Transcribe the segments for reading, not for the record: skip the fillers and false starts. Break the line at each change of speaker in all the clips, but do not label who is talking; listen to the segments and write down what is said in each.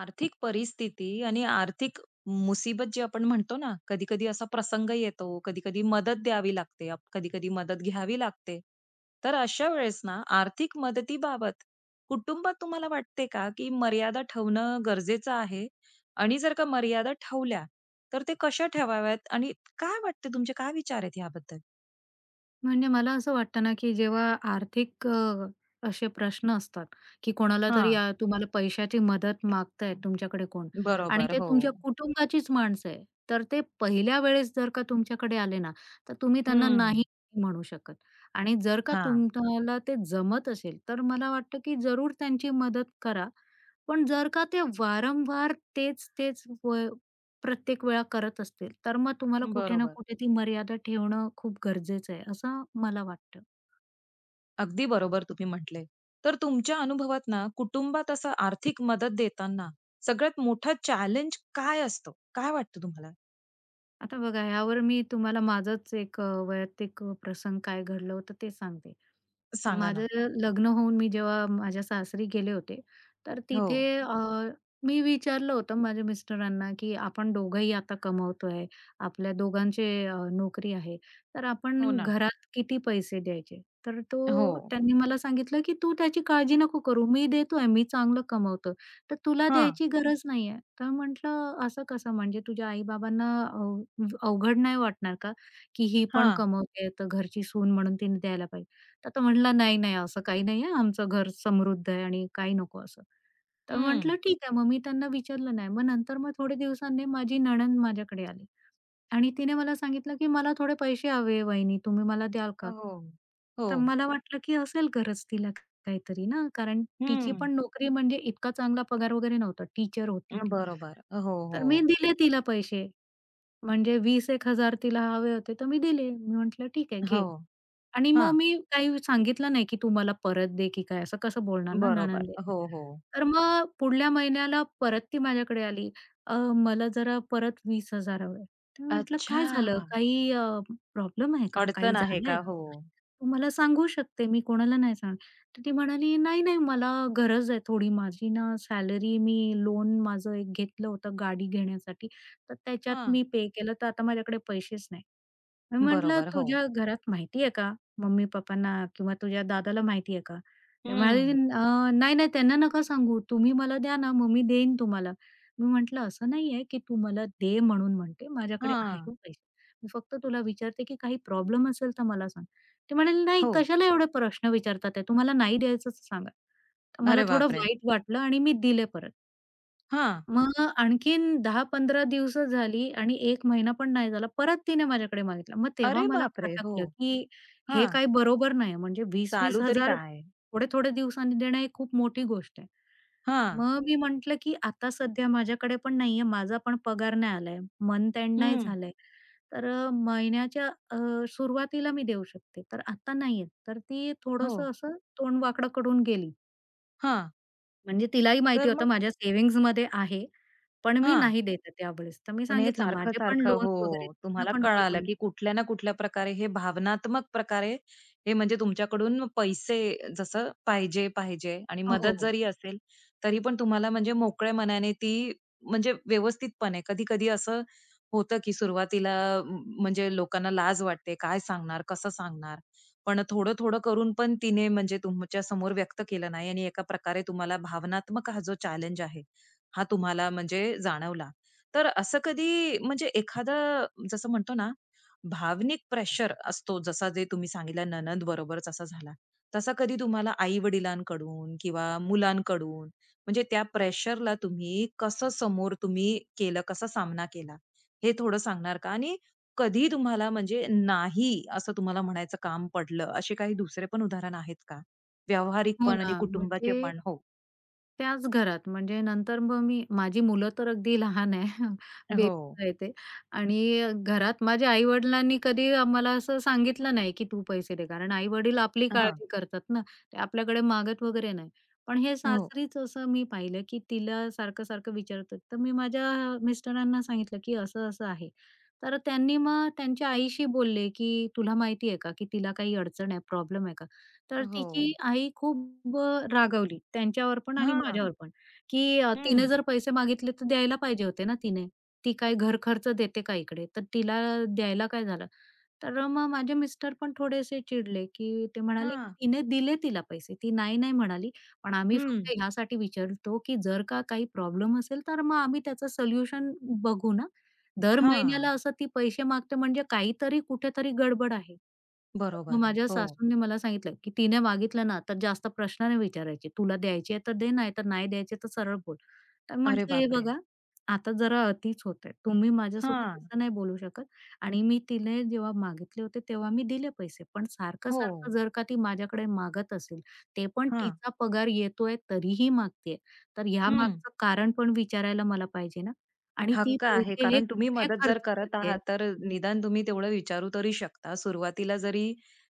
आर्थिक परिस्थिती आणि आर्थिक मुसीबत जी आपण म्हणतो ना, कधी-कधी असा प्रसंग येतो, कधी-कधी मदत द्यावी लागते, कधी-कधी मदत घ्यावी लागते. तर अशा वेळेस ना, आर्थिक मदतीबाबत कुटुंबात तुम्हाला वाटते का, की मर्यादा ठेवणं गरजेचं आहे? आणि जर का मर्यादा ठेवल्या, तर ते कशा ठेवाव्यात आणि काय वाटतं तुमचे काय विचार आहेत याबद्दल?
म्हणजे मला असं वाटतं ना, की जेव्हा आर्थिक असे प्रश्न असतात, की कोणाला तरी
हां,
तुम्हाला पैशाची मदत मागताय तुमच्याकडे कोण आणि
बरोबर.
ते
हो.
तुमच्या कुटुंबाचीच माणसं आहे. तर ते पहिल्या वेळेस जर का तुमच्याकडे आले ना, तर तुम्ही त्यांना
हं.
नाही म्हणू शकत आणि जर का
हां,
तुम्हाला ते जमत असेल, तर मला वाटतं, की जरूर त्यांची मदत करा. पण जर का ते वारंवार तेच-तेच प्रत्येक वेळा करत असतील, तर मग तुम्हाला कुठे ना
बरोबर.
कुठे ती मर्यादा ठेवणं खूप गरजेचं आहे, असं मला वाटतं.
अगदी बरोबर तुम्ही म्हटले. तर तुमच्या अनुभवात ना, कुटुंबात असं आर्थिक मदत देताना सगळ्यात मोठा चॅलेंज काय असतो? काय वाटतं तुम्हाला?
आता बघा ह्यावर मी तुम्हाला माझाच एक वैयक्तिक प्रसंग काय घडलं होतं ते सांगते.
सांगा
माझं
ना?
लग्न होऊन मी जेव्हा माझ्या सासरी गेले होते, तर
हो.
तिथे मी विचारलं होतं माझ्या मिस्टरांना, की आपण दोघंही आता कमवतोय, आपल्या दोघांचे नोकरी आहे, तर
हो
आपण
ना.
घरात किती पैसे द्यायचे? तर
हो.
तो त्यांनी मला सांगितलं, की "तू त्याची काळजी नको करू, मी देतोय, मी चांगलं कमवतो, तर तुला
हां,
द्यायची गरज नाहीये." तर म्हटलं, "असं कसं? म्हणजे तुझ्या आई-बाबांना अवघड नाही वाटणार का? की ही पण
हां.
कमवते, तर घरची सून म्हणून तिने द्यायला पाहिजे." तर तो म्हटला, "नाही, नाही, असं काही नाही आहे. आमचं घर समृद्ध आहे आणि काही नको असं." तर
हं.
म्हटलं, "ठीक आहे." मग मी त्यांना विचारलं नाही. मग नंतर थोडे दिवसांनी माझी नणंद माझ्याकडे आली आणि तिने मला सांगितलं, की "मला थोडे पैसे हवे वहिनी, तुम्ही मला द्याल का?"
हो.
तर
हो.
मला वाटलं, की असेल गरज तिला काहीतरी ना, कारण तिची
हं.
पण नोकरी म्हणजे इतका चांगला पगार वगैरे नव्हता. टीचर होती ती.
बरोबर. हो,
तर मी
हो.
दिले तिला पैसे. म्हणजे 20 एक हजार तिला हवे होते, तर मी दिले. मी म्हटलं, "ठीक आहे,
हो.
घे." आणि मग
हां.
मी काही सांगितलं नाही, की "तू मला परत दे की काय?" असं कसं बोलणार ना
बरोबर.
नणंद आहे.
हो, हो.
तर मग पुढल्या महिन्याला परत ती माझ्याकडे आली. " मला जरा परत 20,000 हवे." तर मी म्हटलं, "काय झालं?
अच्छा!
काही प्रॉब्लेम आहे का? काही
अडचण आहे
झालंय
का?
का?
हो.
तू मला सांगू शकते, मी कोणाला नाही सांगणार." तर ती म्हणाली, "नाही, नाही, मला गरज आहे थोडी. माझी ना सॅलरी मी लोन माझं एक घेतलं होतं गाडी घेण्यासाठी, तर त्याच्यात
हां.
मी पे केलं, तर आता माझ्याकडे पैसेच नाही." मी म्हटलं,
बरोबर. हो.
"तुझ्या घरात माहिती आहे का? मम्मी-पप्पांना किंवा तुझ्या दादाला माहिती आहे का?" ते
हं.
म्हणाले, " नाही, नाही त्यांना नका सांगू. तुम्ही मला द्या ना, मग मी देईन तुम्हाला." मी म्हटलं, "असं नाहीये की तू मला दे म्हणून म्हणते. माझ्याकडे आहे
हां.
पैसे. मी फक्त तुला विचारते की काही प्रॉब्लेम असेल तर मला सांग." ते म्हणाले, "नाही,
हो.
कशाला एवढे प्रश्न विचारतात आहे. तुम्हाला नाही द्यायचं तर सांगा." तर मला
अरे
थोडं
बापरे!
वाईट वाटलं आणि मी दिले परत.
हां.
मग आणखीन दहा 15 दिवस झाली आणि एक महिना पण नाही झाला. परत तिने माझ्याकडे मागितला. मग तेव्हा
अरे
मला
बापरे! हो.
खटकलं, की हे
हां.
काही बरोबर नाही. म्हणजे
चालू तरी
20,000
काय?
थोडे-थोडे दिवसांनी देणं ही खूप मोठी गोष्ट आहे.
हां.
मग मी म्हटलं, की आता सध्या माझ्याकडे पण नाहीये. माझा पण पगार नाही आलाय. मंथ एंड नाही
हं.
झालंय. तर महिन्याच्या सुरुवातीला मी देऊ शकते. तर आता नाहीये. तर ती
हो.
थोडंसं असं तोंड वाकडं करून गेली.
हां.
म्हणजे तिलाही माहिती
तर
होतं
मग
माझ्या सेव्हिंग्जमध्ये आहे, पण मी
हां.
नाही देत आहे त्यावेळेस. तर मी
पण हे
सांगितलं माझे पण
सारखं-सारखं हो.
लोन्स वगैरे आहेत, मला
तुम्हाला
पण
कळालं,
पेमेंट
की कुठल्या ना कुठल्या प्रकारे हे भावनात्मक प्रकारे हे म्हणजे तुमच्याकडून पैसे जसं पाहिजे, पाहिजे आणि
हो,
मदत
हो.
जरी असेल, तरी पण तुम्हाला म्हणजे मोकळ्या मनाने ती म्हणजे व्यवस्थितपणे कधी-कधी असं होतं, की सुरुवातीला म्हणजे लोकांना लाज वाटते. काय सांगणार? कसं सांगणार? पण थोडं-थोडं करून पण तिने म्हणजे तुमच्या समोर व्यक्त केलं नाही आणि एका प्रकारे तुम्हाला भावनात्मक हा जो चॅलेंज आहे, हा तुम्हाला म्हणजे जाणवला. तर असं कधी म्हणजे एखादा जसं म्हणतो ना, भावनिक प्रेशर असतो जसा जे तुम्ही सांगितला नणंद बरोबरच असा झाला. तसा कधी तुम्हाला आई-वडिलांकडून किंवा मुलांकडून म्हणजे त्या प्रेशरला तुम्ही कसं समोर तुम्ही केलं, कसा सामना केला? हे थोडं सांगणार का? आणि कधी तुम्हाला म्हणजे नाही असं तुम्हाला म्हणायचं काम पडलं, असे काही दुसरे पण उदाहरण आहेत का? व्यावहारिक
हो
पण
ना,
आणि कुटुंबाचे
म्हणजे
पण? हो.
त्याच घरात. म्हणजे नंतर मग मी माझी मुलं तर अगदी लहान आहे. बेबी
हो.
आहे ते आणि घरात माझ्या आई-वडिलांनी कधी आम्हाला असं सांगितलं नाही, की "तू पैसे दे." कारण आई-वडील आपली
हां.
काळजी करतात ना, ते आपल्याकडे मागत वगैरे नाही. पण हे
हो.
सासरीच असं मी पाहिलं, की तिला सारखं-सारखं विचारतात. तर मी माझ्या मिस्टरांना सांगितलं, की असं-असं आहे. तर त्यांनी मग त्यांच्या आईशी बोलले, की "तुला माहिती आहे का, की तिला काही अडचण आहे, प्रॉब्लेम आहे का?" तर
हो.
तिची आई खूप रागावली त्यांच्यावर पण आणि
हां.
माझ्यावर पण, की "तिने जर पैसे मागितले तर द्यायला पाहिजे होते ना तिने. ती काय घर खर्च देते का इकडे? तर तिला द्यायला काय झालं?" तर मग माझे मिस्टर पण थोडेसे चिडले, की ते म्हणाले, की
हां.
"तिने दिले तिला पैसे. ती नाही, नाही म्हणाली. पण आम्ही
हं.
फक्त ह्यासाठी विचारतो, की जर का काही प्रॉब्लेम असेल तर मग आम्ही त्याचं सोल्युशन बघू ना." दर
हां.
महिन्याला असं ती पैसे मागते म्हणजे काहीतरी कुठेतरी गडबड आहे. मग
बरोबर.
हं. माझ्या
हो.
सासूंनी मला सांगितलं, की "तिने मागितलं ना तर जास्त प्रश्न नाही विचारायचे. तुला द्यायची आहे तर दे, नाहीतर नाही द्यायची तर सरळ बोल." तर
अरे
म्हटलं, "हे
बापरे!
बघा, आता जरा अतिच होतंय. तुम्ही माझ्यासोबत
हां.
असं नाही बोलू शकत आणि मी तिने जेव्हा मागितले होते तेव्हा मी दिले पैसे. पण
हो.
सारखं-सारखं जर का ती माझ्याकडे मागत असेल, ते पण
हां.
तिचा पगार येतोय तरीही मागतेय, तर ह्या
हं.
मागचं कारण पण विचारायला मला पाहिजे ना." आणि ती
हक्क आहे.
पैसे हे
कारण तुम्ही
कुठे
मदत
खर्च
जर करत
करते?
आहात, तर निदान तुम्ही तेवढं विचारू तरी शकता. सुरुवातीला जरी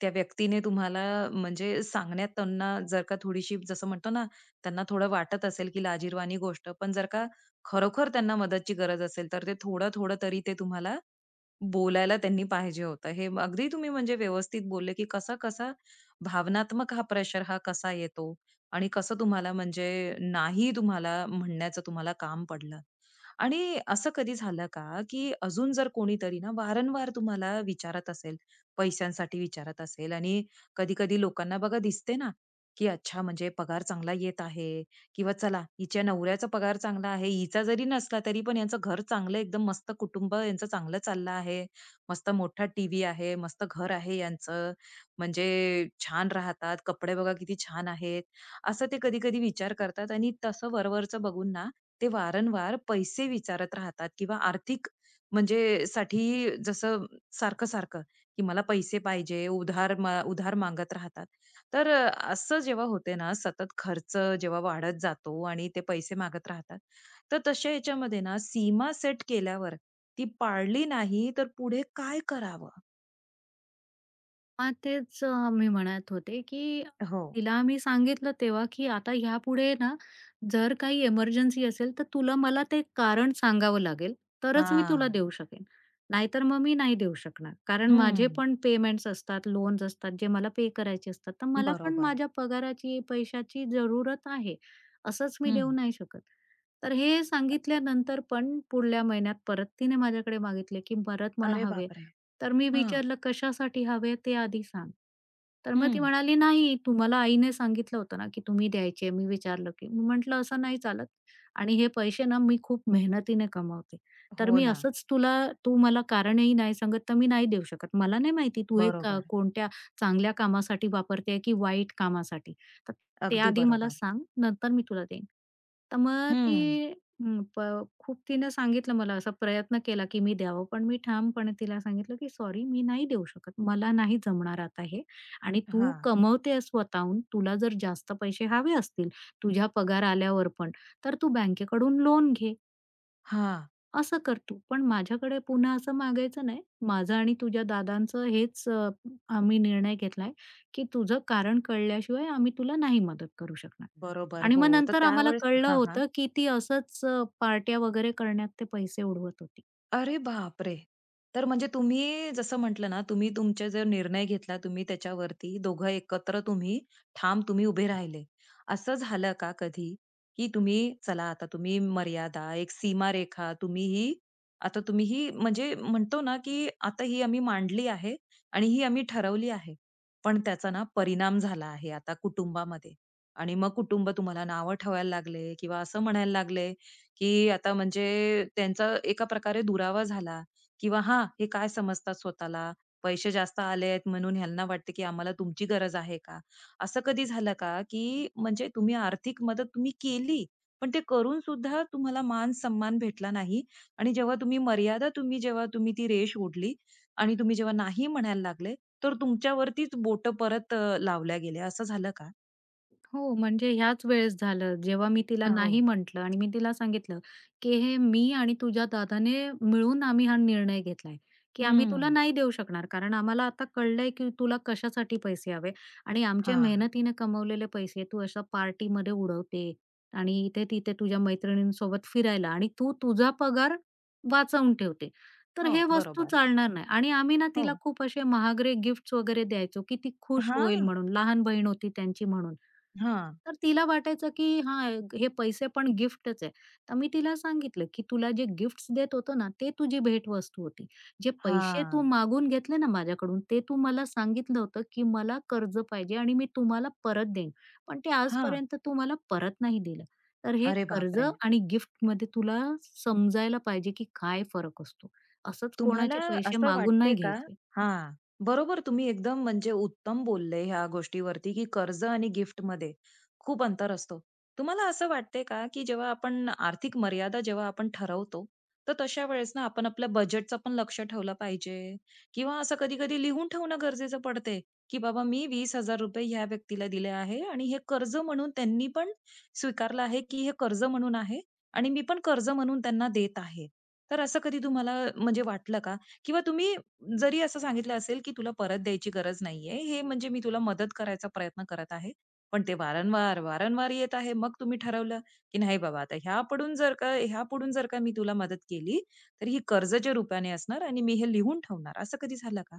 त्या व्यक्तीने तुम्हाला म्हणजे सांगण्यात त्यांना जर का थोडीशी जसं म्हणतो ना, त्यांना थोडं वाटत असेल, की लाजिरवाणी गोष्ट. पण जर का खरोखर त्यांना मदतची गरज असेल, तर ते थोडं-थोडं तरी ते तुम्हाला बोलायला त्यांनी पाहिजे होतं. हे अगदी तुम्ही म्हणजे व्यवस्थित बोलले, की कसा-कसा भावनात्मक हा प्रेशर हा कसा येतो आणि कसं तुम्हाला म्हणजे नाही तुम्हाला म्हणण्याचं तुम्हाला काम पडलं. आणि असं कधी झालं का, की अजून जर कोणीतरी ना वारंवार तुम्हाला विचारत असेल, पैशांसाठी विचारत असेल आणि कधी-कधी लोकांना बघा दिसते ना, की अच्छा म्हणजे पगार चांगला येत आहे किंवा चला हिच्या नवऱ्याचा पगार चांगला आहे. हिचा जरी नसला तरी पण यांचं घर चांगलं एकदम मस्त कुटुंब यांचं चांगलं चाललं आहे. मस्त मोठा टीव्ही आहे, मस्त घर आहे यांचं. म्हणजे छान राहतात, कपडे बघा किती छान आहेत. असं ते कधी-कधी विचार करतात आणि तसं वरवरचं बघून ना ते वारंवार पैसे विचारत राहतात किंवा आर्थिक म्हणजे साठी जसं सारखं-सारखं, की मला पैसे पाहिजे, उधार मागत राहतात. तर असं जेव्हा होते ना, सतत खर्च जेव्हा वाढत जातो आणि ते पैसे मागत राहतात. तर तशा याच्यामध्ये ना, सीमा सेट केल्यावर ती पाळली नाही, तर पुढे काय करावं?
हां, तेच मी म्हणत होते, की
हो.
तिला मी सांगितलं तेव्हा, की आता ह्यापुढे ना, जर काही एमर्जन्सी असेल, तर तुला मला ते कारण सांगावं लागेल, तरच मी तुला
हां.
देऊ शकेन. नाहीतर मग मी नाही देऊ शकणार. कारण माझे
हं.
पण पेमेंट्स असतात, लोन्स असतात, जे मला पे करायचे असतात. तर मला पण
बरोबर आहे.
माझ्या पगाराची, पैशाची जरूरत आहे. असंच मी देऊ
हं.
नाही शकत. तर हे सांगितल्यानंतर पण पुढल्या महिन्यात परत तिने माझ्याकडे मागितले, की परत मला
अरे
हवे.
बापरे!
तर मी
हां.
विचारलं, "कशासाठी हवे ते आधी सांग." तर मग ती
हं.
म्हणाली, "नाही, तुम्हाला आईने सांगितलं होतं ना, की तुम्ही द्यायचे." मी विचारलं, की मी म्हटलं, "असं नाही चालत आणि हे पैसे ना मी खूप मेहनतीने कमावते. तर
हो
मी
ना.
असंच तुला तू मला कारणही नाही सांगत, तर मी नाही देऊ शकत. मला नाही माहिती तू हे का
बरोबर.
कोणत्या चांगल्या कामासाठी वापरते की वाईट कामासाठी. तर ते
अगदी
आधी मला
बरोबर.
सांग, नंतर मी तुला देईन." तर मग ती
हं.
हं, प खूप तिनं सांगितलं मला असा प्रयत्न केला, की मी द्यावं. पण मी ठामपणे तिला सांगितलं, की "सॉरी, मी नाही देऊ शकत. मला नाही जमणार आता हे आणि तू
हां.
कमवतेय स्वतःहून. तुला जर जास्त पैसे हवे असतील, तुझ्या पगार आल्यावर पण, तर तू बँकेकडून लोन घे.
हां.
असं कर तू. पण माझ्याकडे पुन्हा असं मागायचं नाही. माझं आणि तुझ्या दादांचं हेच आम्ही निर्णय घेतलाय, की तुझं कारण कळल्याशिवाय आम्ही तुला नाही मदत करू शकणार."
बरोबर.
आणि
हो.
मग
तर
नंतर आम्हाला
त्यावेळेस
कळलं
हां, हां.
होतं की ती असंच पार्ट्या वगैरे करण्यात ते पैसे उडवत होती.
अरे बापरे! तर म्हणजे तुम्ही जसं म्हटलं ना, तुम्ही तुमचे जो निर्णय घेतला, तुम्ही त्याच्यावरती दोघं एकत्र तुम्ही ठाम तुम्ही उभे राहिले. असं झालं का कधी, की तुम्ही चला आता तुम्ही मर्यादा, एक सीमारेखा तुम्ही ही आता तुम्ही ही म्हणजे म्हणतो ना, की आता ही आम्ही मांडली आहे आणि ही आम्ही ठरवली आहे. पण त्याचा ना परिणाम झाला आहे आता कुटुंबामध्ये आणि मग कुटुंब तुम्हाला नावं ठेवायला लागले किंवा असं म्हणायला लागले की आता म्हणजे त्यांचा एका प्रकारे दुरावा झाला किंवा हां, हे काय समजतात स्वतःला. पैसे जास्त आले आहेत म्हणून ह्यांना वाटते की आम्हाला तुमची गरज आहे का? असं कधी झालं का, की म्हणजे तुम्ही आर्थिक मदत तुम्ही केली, पण ते करून सुद्धा तुम्हाला मान-सन्मान भेटला नाही आणि जेव्हा तुम्ही मर्यादा जेव्हा तुम्ही ती रेष ओढली आणि तुम्ही जेव्हा नाही म्हणायला लागले, तर तुमच्यावरतीच बोटं परत लावल्या गेल्या, असं झालं का?
हो, म्हणजे ह्याच वेळेस झालं, जेव्हा मी तिला
हो.
नाही म्हटलं आणि मी तिला सांगितलं, की "हे मी आणि तुझ्या दादाने मिळून आम्ही हा निर्णय घेतलाय, की आम्ही तुला
हम्म.
नाही देऊ शकणार. कारण आम्हाला आता कळलंय, की तुला कशासाठी पैसे हवे आणि आमच्या
हां.
मेहनतीने कमवलेले पैसे तू अशा पार्टीमध्ये उडवते आणि इथे-तिथे तुझ्या मैत्रिणींसोबत फिरायला आणि तू तुझा पगार वाचवून ठेवते. तर
हो,
हे वस्तू
बरोबर.
चालणार नाही." आणि आम्ही ना
हो.
तिला खूप असे महागडे गिफ्ट्स वगैरे द्यायचो, की ती खुश होईल
हां.
म्हणून. लहान बहीण होती त्यांची म्हणून.
हा,
तर तिला वाटायचं की हां, हे पैसे पण गिफ्टच आहे. तर मी तिला सांगितलं, की "तुला जे गिफ्ट्स देत होतो ना, ते तुझी भेटवस्तू होती. जे पैसे
हा,
तू मागून घेतले ना माझ्याकडून, ते तू मला सांगितलं होतं, की मला कर्ज पाहिजे आणि मी तुम्हाला परत देईन. पण ते
हा,
आजपर्यंत तू मला परत नाही दिलं. तर हे
अरे
कर्ज
बापरे!
आणि गिफ्टमध्ये तुला समजायला पाहिजे, की काय फरक असतो. असंच
तुम्हाला
कोणाचे पैसे
असं
मागून
वाटते
नाही
का
घ्यायचे."
हां, बरोबर तुम्ही एकदम म्हणजे उत्तम बोलले ह्या गोष्टीवरती, की कर्ज आणि गिफ्टमध्ये खूप अंतर असतो. तुम्हाला असं वाटते का, की जेव्हा आपण आर्थिक मर्यादा जेव्हा आपण ठरवतो, तर तशा वेळेस ना आपण आपल्या बजेटचं पण लक्ष ठेवलं पाहिजे किंवा असं कधी-कधी लिहून ठेवणं गरजेचं पडते, की बाबा मी ₹20,000 ह्या व्यक्तीला दिले आहे आणि हे कर्ज म्हणून त्यांनी पण स्वीकारलं आहे, की हे कर्ज म्हणून आहे आणि मी पण कर्ज म्हणून त्यांना देत आहे. तर असं कधी तुम्हाला म्हणजे वाटलं का? किंवा तुम्ही जरी असं सांगितलं असेल, की तुला परत द्यायची गरज नाहीये, हे म्हणजे मी तुला मदत करायचा प्रयत्न करत आहे. पण ते वारंवार येत आहे. मग तुम्ही ठरवलं, की नाही बाबा आता ह्यापुढून जर का मी तुला मदत केली, तर ही कर्जाच्या रूपाने असणार आणि मी हे लिहून ठेवणार. असं कधी झालं का?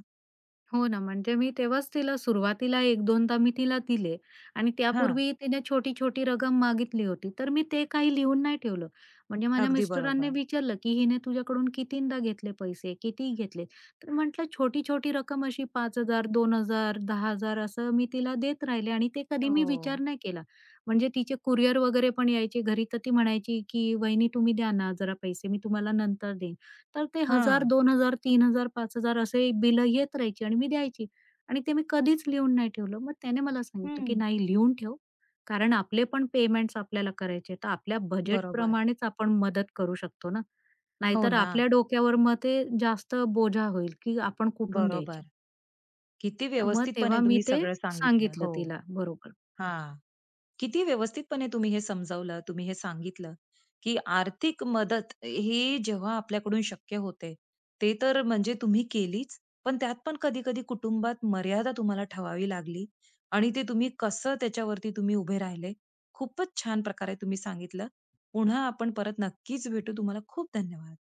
हो ना, म्हणजे मी तेव्हाच तिला सुरुवातीला एक 2दा मी तिला दिले आणि
हां,
त्यापूर्वी तिने छोटी-छोटी रक्कम मागितली होती. तर मी ते काही लिहून नाही ठेवलं. म्हणजे माझ्या
अगदी
मिस्टरांनी
बरोबर.
विचारलं, की "हिने तुझ्याकडून कितींदा घेतले पैसे? किती घेतले?" तर म्हटलं, "छोटी-छोटी रक्कम अशी 5,000, 2,000, 10,000 असं मी तिला देत राहिले आणि ते कधी मी
हो.
विचार नाही केला." म्हणजे तिचे कुरिअर वगैरे पण यायचे घरी, तर ती म्हणायची, की "वहिनी तुम्ही द्या ना जरा पैसे, मी तुम्हाला नंतर देईन." तर ते 1,000,
हां.
2,000, तीन, हजार, 5,000, असे बिलं येत राहायची आणि मी द्यायची आणि ते मी कधीच लिहून नाही ठेवलं. मग त्याने मला सांगितलं, की
हं.
"नाही लिहून ठेव, कारण आपले पण पेमेंट्स आपल्याला करायचे आहेत. तर आपल्या
बरोबर.
बजेटप्रमाणेच आपण मदत करू शकतो ना.
हो
नाहीतर
ना.
आपल्या डोक्यावर मग ते जास्त बोजा होईल, की आपण कुठून
बरोबर.
द्यायची."
किती
तर मग
व्यवस्थितपणे
तेव्हा मी
तुम्ही
ते
सगळं सांगितलं.
सांगितलं
हो.
तिला बरोबर.
हां. किती व्यवस्थितपणे तुम्ही हे समजावलं, तुम्ही हे सांगितलं, की आर्थिक मदत ही जेव्हा आपल्याकडून शक्य होते, ते तर म्हणजे तुम्ही केलीच. पण त्यात पण कधी-कधी कुटुंबात मर्यादा तुम्हाला ठेवावी लागली आणि ते तुम्ही कसं त्याच्यावरती तुम्ही उभे राहिले. खूपच छान प्रकारे तुम्ही सांगितलं. पुन्हा आपण परत नक्कीच भेटू. तुम्हाला खूप धन्यवाद.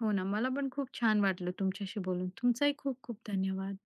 हो ना, मला पण खूप छान वाटलं तुमच्याशी बोलून. तुमचाही खूप खूप धन्यवाद.